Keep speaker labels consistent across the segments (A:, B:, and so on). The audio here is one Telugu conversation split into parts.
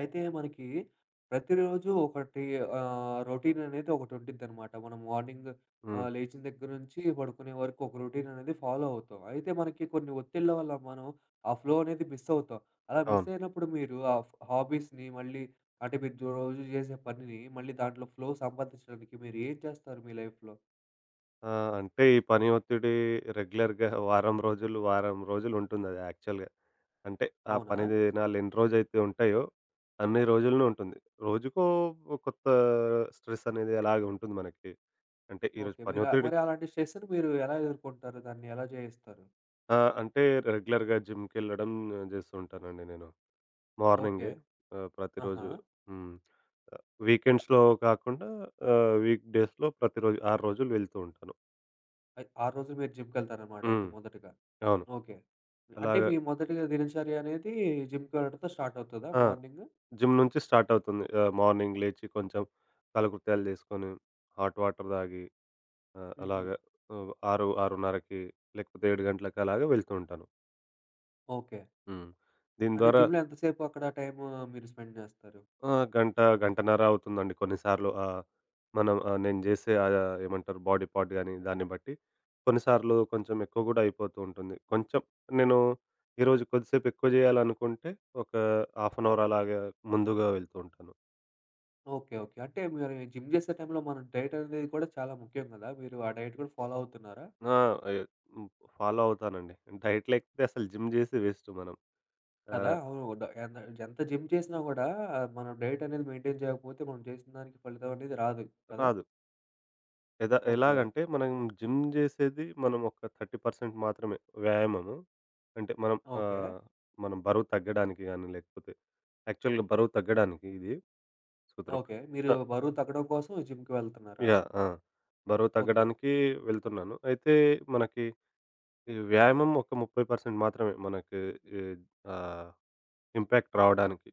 A: అయితే మనకి ప్రతిరోజు ఒకటి రొటీన్ అనేది ఒకటి ఉండిద్దనమాట. మనం మార్నింగ్
B: హ్మ్.
A: లేచిన దగ్గర నుంచి పడుకునే వరకు ఒక రొటీన్ అనేది ఫాలో అవుతాం. అయితే మనకి కొన్ని ఒత్తిళ్ళ వల్ల మనం ఆ ఫ్లో అనేది మిస్ అవుతాం. అలా మిస్
B: అవును.
A: అయినప్పుడు మీరు ఆ ఫ్ హాబీస్‌ని మళ్ళీ అంటే మీరు జో రోజు చేసే పనిని మళ్ళీ దాంట్లో ఫ్లో సంపాదించడానికి మీరు ఏం చేస్తారు మీ లైఫ్‌లో?
B: ఆ! అంటే ఈ పని ఒత్తిడి రెగ్యులర్‌గా వారం రోజులు, వారం రోజులు ఉంటుందది యాక్చువల్‌గా. అంటే ఆ
A: అవునా?
B: పని దినాలు ఎన్ని రోజైతే ఉంటాయో అన్ని రోజులను ఉంటుంది. రోజుకో ఓ కొత్త స్ట్రెస్ అనేది అలాగే ఉంటుంది మనకి. అంటే ఈరోజు
A: ఓకే.
B: పని
A: మీరు
B: ఒత్తిడి.
A: మరి అలాంటి స్ట్రెస్‌ని మీరు ఎలా ఎదుర్కుంటారు? దాన్ని ఎలా జయిస్తారు?
B: ఆ! అంటే రెగ్యులర్‌గా జిమ్‌కెళ్ళడం జేస్తూ ఉంటానండి నేను.
A: ఓకే.
B: మార్నింగే
A: ఆహా!
B: ప్రతిరోజు. హ్మ్. వీకెండ్స్‌లో కాకుండా వీక్ డేస్‌లో ప్రతిరోజు 6 రోజులు వెళ్తూ ఉంటాను.
A: అయి ఆ రోజు మీరు జిమ్‌కెళ్తారనమాట అయితే
B: హ్మ్.
A: మొదటగా.
B: అవును.
A: ఓకే. అంటే
B: అలాగా.
A: మీ మొదటి దినచర్య అనేది జిమ్‌కి వెళ్ళడంతో స్టార్ట్ అవుతదా
B: ఆ!
A: మార్నింగ్?
B: జిమ్ నుంచి స్టార్ట్ అవుతుంది. మార్నింగ్ లేచి కొంచెం కాలకృత్యాలు చేసుకొని, హాట్ వాటర్ తాగి
A: హుహు.
B: అలాగా, 6, 6:30కి లేకపోతే 7 గంటలకి అలాగా వెళ్తూ ఉంటాను.
A: ఓకే.
B: హ్మ్. దీని
A: అంటే
B: ద్వారా.
A: జిమ్‌లో ఎంతసేపు అక్కడ టైము మీరు స్పెండ్ జేస్తారు?
B: ఆ! గంట, గంటన్నర అవుతుందండి కొన్నిసార్లు. నేను చేసే, ఏమంటారు, బాడీ పార్ట్ గాని దాన్ని బట్టి, కొన్నిసార్లు కొంచెం ఎక్కువ కూడా అయిపోతూ ఉంటుంది. కొంచెం నేను ఈరోజు కొద్దిసేపు ఎక్కువ చేయాలనుకుంటే, ఒక హాఫ్ అన్ అవర్ అలాగా ముందుగా వెళ్తూ ఉంటాను.
A: ఓకే. ఓకే. అంటే మరి జిమ్ జేసే టైంలో మనం డైట్ అనేది కూడా చాలా ముఖ్యం గదా! మీరు ఆ డైట్ కూడా ఫాలో అవుతున్నారా?
B: ఆ! ఎ హ్మ్. ఫాలో అవుతానండి. డైట్ లేకపోతే అసలు జిమ్ జేసి వేస్ట్ మనం.
A: కదా!
B: ఆహ్,
A: అవును. ఎంత ఎంత జిమ్ చేసినా గూడా మనం డైట్ అనేది మెయింటైన్ చేయకపోతే మనం చేసిన దానికి ఫలితం అనేది రాదు కదా!
B: రాదు.
A: ఓకే. ఓకే.
B: ఎలాగంటే మనం జిమ్ జేసేది మనం ఒక 30% మాత్రమే వ్యాయామము. అంటే
A: ఓకే.
B: ఆహ్, మనం బరువు తగ్గడానికి గాని, లేకపోతే యాక్చువల్‌గా బరువు తగ్గడానికి ఇది సూత్రం.
A: ఓకే. మీరు
B: ఆ!
A: బరువు తగ్గడం కోసం జిమ్‌కి వెళ్తున్నారా?
B: యాహ్! ఆ! బరువు
A: ఓకే.
B: తగ్గడానికి వెళ్తున్నాను. అయితే మనకి ఈ వ్యాయామం ఒక 30% మాత్రమే మనకి ఈ, ఆహ్, ఇంపాక్ట్ రావడానికి.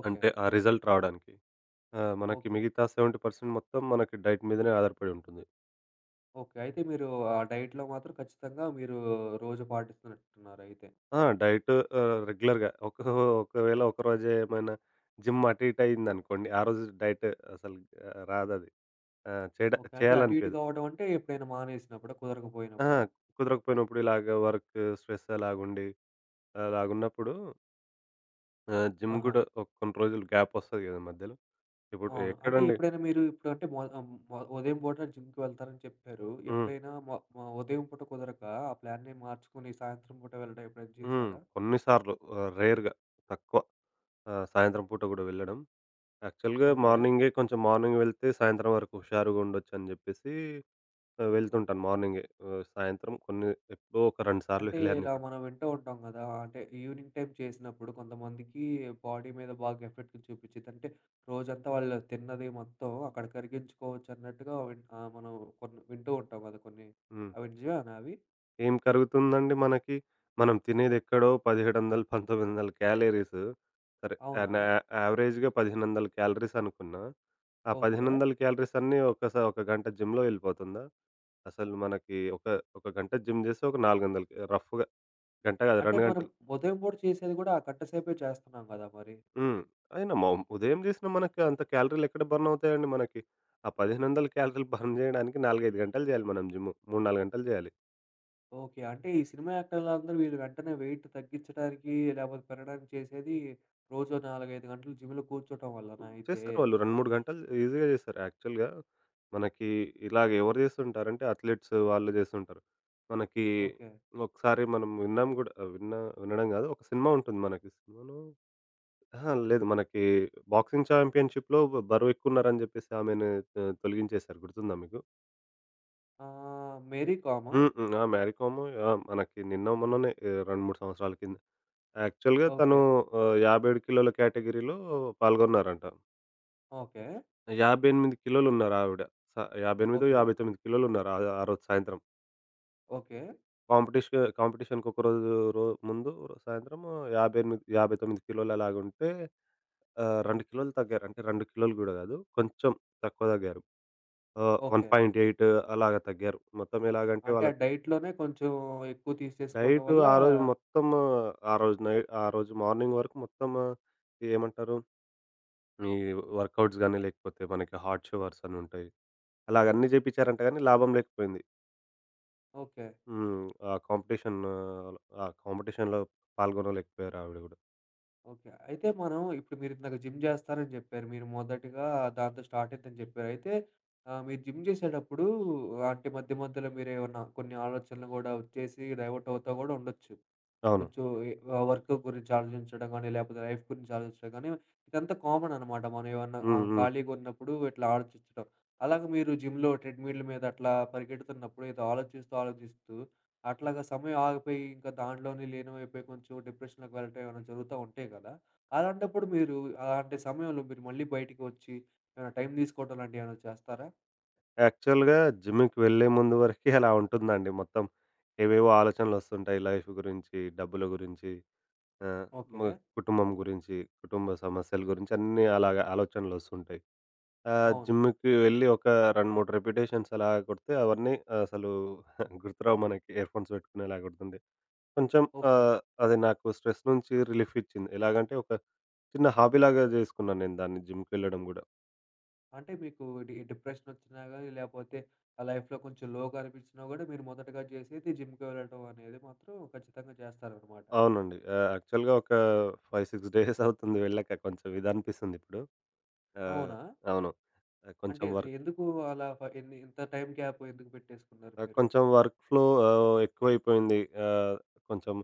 A: ఓకే.
B: అంటే ఆ రిజల్ట్ రావడానికి. ఆ! మనకి
A: ఓకే.
B: మిగతా 70% మొత్తం మనకి డైట్ మీదనే ఆధారపడి ఉంటుంది.
A: ఓకే. అయితే మీరు ఆ డైట్‌లో మాత్రం ఖచ్చితంగా మీరు రోజు పాటిస్తున్నట్టున్నారయితే.
B: ఆ! డైట్ రెగ్యులర్‌గా ఒకవేళ ఒక రోజు ఏమైనా జిమ్ అటు ఇటు అయిందనుకోండి, ఆ రోజు డైట్ అసలు, రాదది. ఆ!
A: ఓకే. అంటే అటు ఇటు
B: చేయాలనిపియదు.
A: కావడం అంటే ఎప్పుడైనా మానేసినప్పుడా?
B: ఆ!
A: కుదరకపోయినప్పుడా?
B: కుదరకపోయినప్పుడు ఇలాగ వర్క్ స్ట్రెస్ అలాగుండి, అలాగున్నప్పుడు జిమ్
A: ఆహా!
B: గూడా ఒక కొన్ని రోజులు గ్యాప్ వస్తది గదా! మధ్యలో. ఇప్పుడు
A: అవును. అంటే
B: ఎక్కడండి.
A: ఎప్పుడైనా మీరు ఇప్పుడు అంటే మొ ఆహ్, మొ ఉదయం పూట జిమ్‌కి వెళ్తారని చెప్పారు.
B: హ్మ్.
A: ఎప్పుడైనా మొ మొ ఉదయం పూట కుదరక ఆ ప్లాన్‌ని మార్చుకొని సాయంత్రం పూట వెళ్ళడం ఎప్పుడైనా
B: హ్మ్.
A: చేశారా?
B: కొన్నిసార్లు రేర్‌గా, తక్కువ. సాయంత్రం పూట గూడా వెళ్ళడం. యాక్చువల్‌గా
A: ఓకే.
B: మార్నింగే, కొంచెం మార్నింగ్ వెళ్తే సాయంత్రం వరకు హుషారుగా ఉండొచ్చని జెప్పేసి, వెళ్తుంటాను మార్నింగే. సాయంత్రం కొన్ని, ఎప్పుడో ఒక 2 సార్లు
A: అంటే ఇలా
B: వెళ్ళానిప్పుడు.
A: మనం వింటూ ఉంటాం గదా! అంటే ఈవినింగ్ టైమ్ చేసినప్పుడు కొంతమందికి బాడీ మీద బాగా ఎఫెక్ట్ చూపిచ్చిద్ది. అంటే రోజంతా వాళ్ళు తిన్నది మొత్తం అక్కడ కరిగించుకోవచ్చు అన్నట్టుగా మనం కొన్ని వింటూ ఉంటాం గదా! కొన్ని.
B: హ్మ్.
A: అవి నిజమేనా అవి?
B: ఏం కరుగుతుందండి మనకి? మనం తినేదెక్కడో 1700, 1900 క్యాలరీస్. సరే,
A: అవునా?
B: యాన్ యా యావరేజ్‌గా 1500 క్యాలరీస్ అనుకున్నా. ఆ
A: ఓకే.
B: 1500 క్యాలరీస్ అన్నీ ఒక గంట జిమ్‌లో ఎళ్ళిపోతుందా? అసలు మనకి ఒక గంట జిమ్ జేస్తే ఒక 400, రఫ్‌గా. గంట గాదు,
A: అంటే
B: 2
A: మనం
B: గంటలు.
A: ఉదయం పూట చేసేది గూడా ఆ గంట సేపే చేస్తున్నాం గదా మరి.
B: హ్మ్. అయినా ఉదయం చేసినా మనకి అంత క్యాలరీలు ఎక్కడ బర్న్ అవుతాయండి మనకి. ఆ 1500 క్యాలరీలు బర్న్ చేయడానికి 4, 5 గంటలు చేయాలి మనం జిమ్. 3, 4 గంటలు చేయాలి.
A: ఓకే. అంటే ఈ సినిమా యాక్టర్లందరూ వీళ్ళు వెంటనే వెయిట్ తగ్గించడానికి లేపోతే పెరగడానికి చేసేది రోజో 4, 5 గంటలు జిమ్‌లో కూర్చోటం వల్లనా అయితే?
B: చేస్తారు వాళ్ళు 2, 3 గంటలు ఈజీగా చేస్తారు. యాక్చువల్‌గా మనకి ఇలాగ ఎవరు చేస్తుంటారంటే అథ్లెట్స్ వాళ్ళు చేస్తుంటారు. మనకి
A: ఓకే.
B: ఒకసారి మనం విన్నాం గూడా, వినడం గాదు. ఒక సినిమా ఉంటుంది మనకి. సినిమానో, అహా! లేదు, మనకి బాక్సింగ్ చాంపియన్‌షిప్‌లో బరువెక్కువన్నారని జెప్పేసి ఆమెను తొలగించేశారు. గుర్తుందా మీకు?
A: మేరీ కామా?
B: హ్మ్. హ్మ్. ఆ! 'మ్యారీకామ్'. ఆ! మనకి నిన్నో, మొన్ననే. 2, 3 సంవత్సరాల కింద. యాక్చువల్‌గా తను
A: ఓకే.
B: 57 కిలోల కేటగిరీలో పాల్గొన్నారంట.
A: ఓకే.
B: 58 కిలోలున్నారావిడ. స 58,
A: ఓకే.
B: 59 కిలోలున్నారు. ఆ రోజు సాయంత్రం.
A: ఓకే.
B: కాంపిటీషన్‌కి ఒక రోజు రో ముందు, సాయంత్రం 58, 59 కిలోలు అలాగుంటే, 2 కిలోలు తగ్గారు. అంటే 2 కిలోలు గూడా గాదు, కొంచెం తక్కువ తగ్గారు.
A: ఓకే.
B: 1.8 అలాగ తగ్గారు. మొత్తం ఎలాగంటే
A: అంటే ఆ
B: వాళ్ళకి
A: డైట్‌లోనే కొంచెం ఎక్కువ తీసేసుకోవటం
B: డైట్
A: వల్ల
B: ఆ రోజు మొత్తం, ఆ రోజు ఆ రోజు మార్నింగ్ వరకు మొత్తం, ఏమంటారు? ఈ వర్కౌట్స్ గాని, లేకపోతే మనకి హార్డ్ షవర్స్ అని ఉంటాయి. అలాగ అన్నీ చేపిచ్చారంట గానీ లాభం లేకపోయింది.
A: ఓకే.
B: హ్మ్. ఆ కాంపిటీషన్ ఆ కాంపిటీషన్‌లో పాల్గొనలేకపోయారు ఆవిడ గూడా.
A: ఓకే. అయితే మనం ఇప్పుడు మీరిందాక జిమ్ జేస్తారని జెప్పారు. మీరు మొదటగా దాంతో స్టార్ట్ అయిందని జెప్పారు. అయితే మీరు జిమ్ జేసేటప్పుడు అంటే మధ్య మధ్యలో మీరేమన్నా కొన్ని ఆలోచనలు గూడా ఒచ్చేసి డైవర్ట్ అవుతా గూడా ఉండొచ్చు.
B: అవును.
A: కొంచెం వర్క్ గురించి ఆలోచించడం గానీ, లేపోతే లైఫ్ గురించి ఆలోచించడం గానీ, ఇదంతా కామన్ అనమాట. మనం ఏమన్నా
B: హ్మ్. హ్మ్.
A: ఖాళీగున్నప్పుడు ఇట్లా ఆలోచించడం. అలాగే మీరు జిమ్‌లో ట్రెడ్‌మిల్ మీద అట్లా పరిగెడుతున్నప్పుడు ఏదో ఆలోచిస్తూ, ఆలోచిస్తూ అట్లాగా సమయం ఆగిపోయి, ఇంకా దాంట్లోనే లీనమైపోయి కొంచెం డిప్రెషన్‌లోకి వెళ్ళటం ఏమైనా జరుగుతా ఉంటాయి గదా! అలాంటప్పుడు మీరు అలాంటి సమయంలో మీరు మళ్ళీ బయటికి వచ్చి, ఏమైనా టైం తీసుకోవడం లాంటివి ఏమైనా చేస్తారా?
B: యాక్చువల్‌గా జిమ్‌కి వెళ్ళే ముందు వరకే అలా ఉంటుందండి మొత్తం. ఏవేవో ఆలోచనలొస్తుంటాయి లైఫ్ గురించి, డబ్బుల గురించి, ఆహ్, మ
A: ఓకే.
B: కుటుంబం గురించి, కుటుంబ సమస్యల గురించి అన్నీ అలాగ ఆలోచనలొస్తుంటాయి.
A: అవును.
B: జిమ్‌కి వెళ్ళి ఒక 2, 3 రిపిటేషన్స్ అలా కొడితే అవన్నీ అసలు గుర్తురావు మనకి, ఇయర్ ఫోన్స్ పెట్టుకునేలా గుర్తుండే. కొంచెం,
A: ఓకే.
B: ఆహ్, అది నాకు స్ట్రెస్ నుంచి రిలీఫ్ ఇచ్చింది. ఎలాగంటే, ఒక చిన్న హాబీలాగా జేసుకున్నాను నేను దాన్ని జిమ్‌కెళ్ళడం గూడా.
A: అంటే మీకు డిప్రెషన్ వచ్చినా గాని, లేపోతే ఆ లైఫ్‌లో కొంచెం లోగా అనిపించినా గూడా, మీరు మొదటగా చేసేది జిమ్‌కి వెళ్ళటం అనేది మాత్రం ఖచ్చితంగా చేస్తారనమాట.
B: అవునండి. యాక్చువల్‌గా ఒక 5, 6 డేస్ అవుతుంది వెళ్ళక, కొంచెం ఇదనిపిస్తుంది ఇప్పుడు. ఆహ్,
A: అవునా?
B: అవును. ఆహ్, కొంచెం
A: అంటే
B: వర్క్
A: ఎందుకు అలా ఫ ఎన్ని ఇంత టైమ్ గ్యాప్ ఎందుకు పెట్టేసుకున్నారు మీరు?
B: కొంచెం వర్క్ ఫ్లో ఎక్కువైపోయింది. ఆహ్, కొంచెం,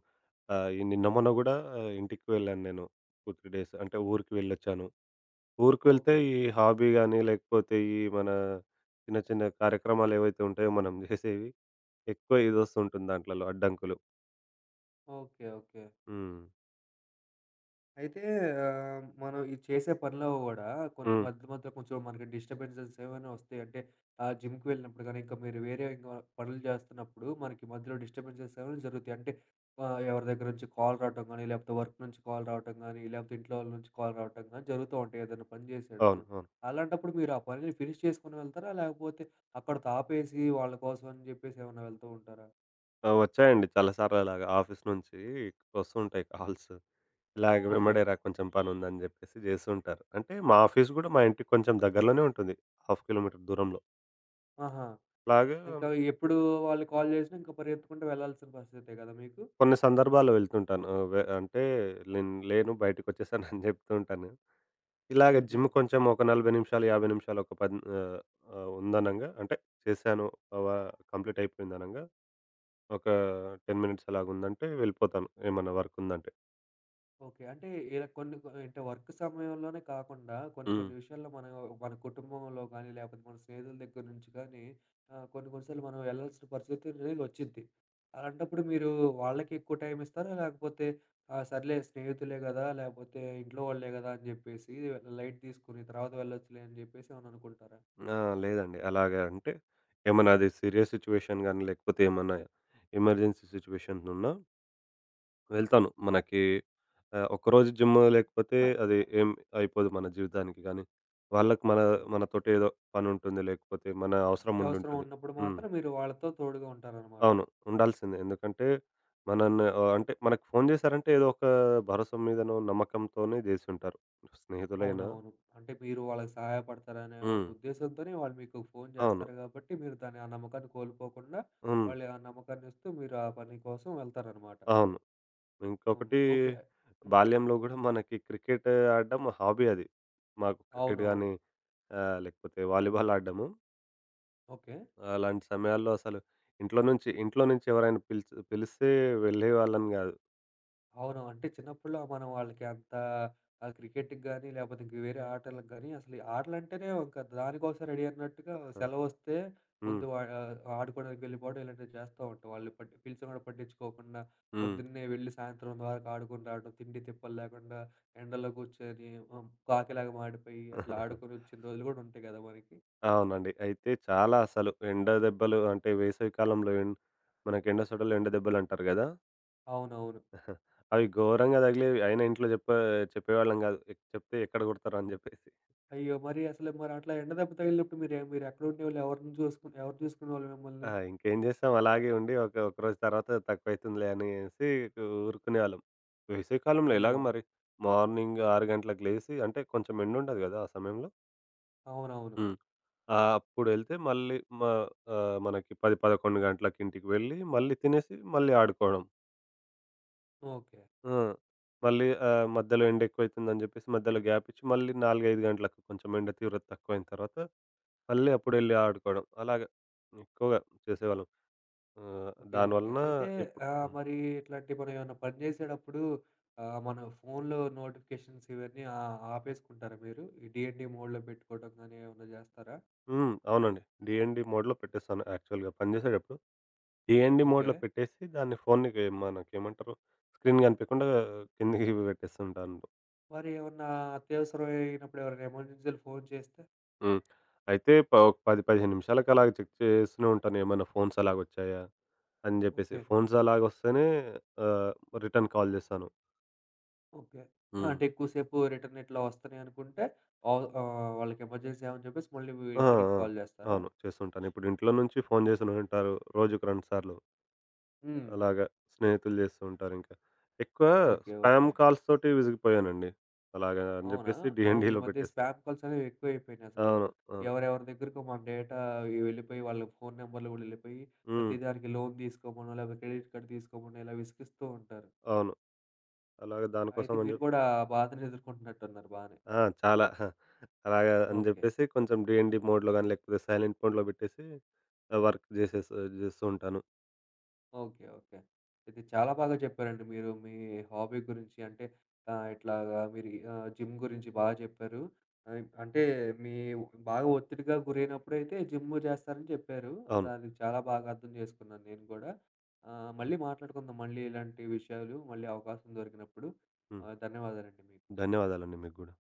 B: ఈ నిన్న మొన్న గూడా ఇంటికి వెళ్ళాను నేను. 2, 3 డేస్ అంటే ఊరికి వెళ్ళొచ్చాను. ఊరికి వెళ్తే
A: ఓకే.
B: ఈ హాబీ గాని, లేకపోతే ఈ మన చిన్న చిన్న కార్యక్రమాలు ఏవైతే ఉంటాయో మనం చేసేవి, ఎక్కువ ఇదొస్తుంటుంది దాంట్లలో అడ్డంకులు.
A: ఓకే. ఓకే.
B: హ్మ్.
A: అయితే మనం ఇది చేసే పనిలో గూడా కొన్ని
B: హ్మ్.
A: మధ్య మధ్యలో కొంచెం మనకి డిస్టర్బెన్సెస్ ఏమైనా వస్తాయి. అంటే జిమ్‌కి వెళ్ళినప్పుడు గానీ, ఇంకా మీరు వేరే ఇంకా పనులు చేస్తున్నప్పుడు మనకి మధ్యలో డిస్టర్బెన్సెస్ ఏమైనా జరుగుతాయి. అంటే ఎవరి దగ్గర నుంచి కాల్ రావటం గానీ, లేకపోతే వర్క్ నుంచి కాల్ రావటం గానీ, లేకపోతే ఇంట్లో వాళ్ళ నుంచి కాల్ రావటం గానీ జరుగుతూ ఉంటాయి ఏదైనా పని
B: అవును.
A: చేసేటప్పుడు.
B: అవును.
A: అలాంటప్పుడు మీరు ఆ పనిని ఫినిష్ చేసుకొని వెళ్తారా? లేకపోతే అక్కడితో ఆపేసి వాళ్ళ కోసం అని జెప్పేసి ఏమైనా వెళ్తూ ఉంటారా?
B: ఆ! వచ్చాయండి చాలా సార్లు అలాగా ఆఫీస్ నుంచి వస్తుంటాయి కాల్స్. ఇలాగ
A: ఓకే.
B: వెంబడే రా, కొంచెం పనుందని చెప్పేసి చేస్తుంటారు. అంటే మా ఆఫీస్ గూడా మా ఇంటికి కొంచెం దగ్గరలోనే ఉంటుంది. హాఫ్ కిలోమీటర్ దూరంలో.
A: ఆహా!
B: అలాగా
A: ఇంకా ఎప్పుడు వాళ్ళు కాల్ చేసినా ఇంకా పరిగెత్తుకుంటూ వెళ్ళాల్సిన పరిస్థితే కదా మీకు?
B: కొన్ని సందర్భాల్లో వెళ్తుంటాను. ఆహ్, వె అంటే నేను లేను, బయటికొచ్చేసాను అని చెప్తూ ఉంటాను. ఇలాగ
A: హుహు.
B: జిమ్ కొంచెం ఒక 40 నిమిషాలు, 50 నిమిషాలు, ఒక ఉందనంగా అంటే చేశాను. వ కంప్లీట్ అయిపోయిందనంగా, ఒక 10 మినిట్స్ అలాగుందంటే వెళ్ళిపోతాను ఏమన్నా వర్క్ ఉందంటే.
A: ఓకే. అంటే ఇలా కొన్ని కొ అంటే వర్క్ సమయంలోనే కాకుండా కొన్ని
B: హ్మ్.
A: కొన్ని విషయాల్లో మనం మన కుటుంబంలో గానీ, లేకపోతే మన స్నేహితుల దగ్గర నుంచి కానీ కొన్ని కొన్ని సార్లు మనం వెళ్ళాల్సిన పరిస్థితి అనేది వచ్చిద్ది. అలాంటప్పుడు మీరు వాళ్ళకి ఎక్కువ టైం ఇస్తారా? లేకపోతే సర్లే స్నేహితులే గదా! లేకపోతే ఇంట్లో వాళ్ళే గదా! అని జెప్పేసి లైట్ తీసుకొని తర్వాత వెళ్ళొచ్చులే అని జెప్పేసి ఏమన్నా అనుకుంటారా?
B: ఆ! లేదండి. అలాగే అంటే, ఏమన్నా అది సీరియస్ సిట్యుయేషన్ గాని, లేకపోతే ఏమన్నా ఎమర్జెన్సీ సిట్యుయేషన్ ఉన్నా, వెళ్తాను. మనకి ఒక్కరోజు జిమ్ లేకపోతే అది ఏం అయిపోదు మన జీవితానికి గాని. వాళ్ళకి మనతోటి ఏదో పనుంటుంది. లేకపోతే మన అవసరం
A: అత్యవసరం
B: ఉండుంటుంది.
A: ఉన్నప్పుడు
B: హ్మ్.
A: మాత్రం మీరు వాళ్ళతో తోడుగా ఉంటారనమాట.
B: అవును. ఉండాల్సిందే. ఎందుకంటే అంటే మనకు ఫోను చేశారంటే ఏదో ఒక భరోసా మీదనో, నమ్మకంతోనే జేసుంటారు. స్నేహితులైనా.
A: అవునవును. అంటే మీరు వాళ్ళకి సహాయపడతారనే ఒక
B: హ్మ్.
A: ఉద్దేశ్యంతోనే వాళ్ళు మీకు ఫోను
B: అవును.
A: చేస్తారు గాబట్టి, మీరు దాని ఆ నమ్మకాన్ని కోల్పోకుండా
B: హ్మ్.
A: వాళ్ళు ఆ నమ్మకాన్నిస్తూ మీరు ఆ పని కోసం వెళ్తారనమాట.
B: అవును.
A: హ్మ్.
B: ఇంకొకటి,
A: ఓకే. హ్మ్.
B: బాల్యంలో గూడా మనకి క్రికెట్ ఆడడం హాబీ అది. మాకు క్రికెట్
A: అవునవును.
B: గానీ లేకపోతే వాలీబాల్ ఆడడము.
A: ఓకే.
B: అలాంటి సమయాల్లో అసలు ఇంట్లో నుంచి ఎవరైనా పిలిచి పిలిస్తే వెళ్ళేవాళ్ళం గాదు.
A: అవును. అంటే చిన్నప్పుడులో మనం వాళ్ళకి అంత క్రికెట్‌కి గాని, లేపోతే ఇంక వేరే ఆటలకు గాని, అసలు ఈ ఆటలంటేనే ఇంక దానికోసం రెడీ అయినట్టుగా సెలవొస్తే ముందు
B: హ్మ్.
A: వా ఆహ్, ఆడుకోవడానికి వెళ్ళిపోవడం ఇలాంటివి చేస్తా ఉంటాం. వాళ్ళు పట్టి పిలిచిన కూడా పట్టించుకోకుండా
B: హ్మ్.
A: పొద్దున్నే వెళ్ళి సాయంత్రం వరకు ఆడుకొని రావడం, తిండి తిప్పలు లేకుండా ఎండలో కూర్చొని కాకిలాగా మాడిపోయి అట్లా ఆడుకొని వచ్చిన రోజులు కూడా ఉంటాయి కదా మనకి.
B: అవునండి. అయితే చాలా అసలు ఎండ దెబ్బలు అంటే, వేసవి కాలంలో మనకు ఎండ సొటలు, ఎండ దెబ్బలంటారు గదా!
A: అవునవును.
B: అవి ఘోరంగా తగిలేవి. అయినా ఇంట్లో చెప్పేవాళ్ళం గాదు. చెప్తే ఎక్కడ గొడతారో అని జెప్పేసి.
A: అయ్యో! మరి అసలు మరి అట్లా ఎండ దెబ్బ తగిలినప్పుడు మీరెక్కడుండేవాళ్ళు? ఎవరిని చూసుకుని ఎవరు చూసుకునేవాళ్ళు
B: ఆ!
A: మిమ్మల్ని?
B: ఇంకేం జేస్తాం, అలాగే ఉండి ఒకరోజు తర్వాత తక్కువైతుందిలే అనేసి ఊరుకునేవాళ్ళం. వేసవి కాలంలో
A: అయ్యో!
B: ఎలాగో మరి, మార్నింగ్ 6 గంటలకు లేసి, అంటే కొంచెం ఎండుండదు గదా! ఆ సమయంలో.
A: అవునవును.
B: హ్మ్. అప్పుడెళ్తే మళ్ళీ, మనకి 10, 11 గంటలకి ఇంటికి వెళ్ళి మళ్ళీ తినేసి మళ్ళీ ఆడుకోవడం.
A: ఓకే.
B: ఆ! మళ్ళీ మధ్యలో ఎండెక్కువైతుందని జెప్పేసి మధ్యలో గ్యాపిచ్చి మళ్ళీ 4, 5 గంటలకు కొంచెం ఎండ తీవ్రత తక్కువైన తర్వాత, మళ్ళీ అప్పుడెళ్ళి ఆడుకోవడం. అలాగా ఎక్కువగా చేసేవాళ్ళం.
A: ఓకే.
B: దాని
A: ఓకే.
B: వలన
A: అయితే
B: ఇప్పుడు. హ్మ్.
A: మరి ఇట్లాంటి మనం ఏమన్నా పని చేసేటప్పుడు మన ఫోన్‌లో నోటిఫికేషన్స్ ఇవన్నీ ఆ ఆపేసుకుంటారా మీరు? ఈ డీఎన్‌డి మోడ్‌లో పెట్టుకోవడం గాని ఏమన్నా చేస్తారా?
B: హ్మ్. అవునండి. డీఎన్‌డి మోడ్‌లో పెట్టేస్తాను యాక్చువల్‌గా పని జేసేటప్పుడు. DND
A: okay.
B: మోడ్‌లో పెట్టేసి దాన్ని ఫోన్‌కి మనకేమంటారు, స్క్రీన్ గనిపియకుండా కిందకి పెట్టేస్తుంటాను.
A: మరి ఏమన్నా అత్యవసరమైనప్పుడు ఎవరైనా ఎమర్జెన్సీ‌లో ఫోన్ చేస్తే?
B: హ్మ్. అయితే ఒక 10, 15 నిమిషాలకి అలాగ చెక్ చేస్తూనే ఉంటాను, ఏమన్నా ఫోన్స్ అలాగొచ్చాయా అని జెప్పేసి.
A: ఓకే.
B: ఫోన్స్ అలాగొస్తేనే ఆహ్, రిటర్న్ కాల్ జేస్తాను.
A: ఓకే.
B: హ్మ్.
A: అంటే ఎక్కువసేపు రిటర్న్ ఇట్లా వస్తున్నాయి అనుకుంటే ఆహ్, ఆహ్, వాళ్ళకి ఎమర్జెన్సీ అని చెప్పేసి మళ్ళీ
B: ఆ!
A: మీరు తిరిగి
B: ఆ!
A: కాల్ చేస్తారా?
B: అవును, చేస్తుంటాను. ఇప్పుడు ఇంట్లో నుంచి ఫోన్ జేస్తూంటారు రోజుకి 2 సార్లు.
A: హ్మ్.
B: అలాగా స్నేహితులు జేస్తూ ఉంటారింకా, ఎక్కువ.
A: ఓకే. ఓకే.
B: స్పామ్ కాల్స్ తోటి విసిగిపోయానండి. అలాగా అని
A: అవునా?
B: జెప్పేసి
A: అవును. ఈ
B: డీఎన్‌డీలో
A: మధ్య
B: పెట్టేసాను.
A: స్పామ్ కాల్స్ అనేవి ఎక్కువైపోయినాయి అసలు.
B: అవును. అవును.
A: ఎవరెవరి దగ్గరకో మన డేటా వెళ్ళిపోయి, వాళ్ళ ఫోను నంబర్లు గూడా వెళ్ళిపోయి,
B: హ్మ్.
A: ప్రతిదానికి లోన్ తీసుకోమనో, లేకపోతే క్రెడిట్ కార్డ్ తీసుకోమనో ఇలా విసిగిస్తూ ఉంటారు.
B: అవును. అలాగే దానికోసం
A: అయితే
B: అని
A: మీరు కూడా ఆ బాధను ఎదుర్కొంటున్నట్టున్నారు బానే.
B: ఆ! చాలా. అలాగా అని
A: ఓకే.
B: జెప్పేసి కొంచెం డీఎన్‌డీ మోడ్‌లో గాని, లేకపోతే సైలెంట్ మోడ్‌లో బెట్టేసి వర్క్ జేస్తూ ఉంటాను.
A: ఓకే. ఓకే. ఇది చాలా బాగా చెప్పారండి మీరు. మీ హాబీ గురించి అంటే ఇట్లాగా మీరు జిమ్ గురించి బాగా చెప్పారు. అంటే మీ బాగా ఒత్తిడిగా గురైనప్పుడైతే జిమ్ చేస్తారని చెప్పారు.
B: అవును.
A: దాన్ని చాలా బాగా అర్థం చేసుకున్నాను నేను గూడా. మళ్ళీ మాట్లాడుకుందాం మళ్ళీ ఇలాంటి విషయాలు మళ్ళీ అవకాశం దొరికినప్పుడు.
B: హ్మ్.
A: ధన్యవాదాలండి మీకు.
B: ధన్యవాదాలండి మీకు గూడా.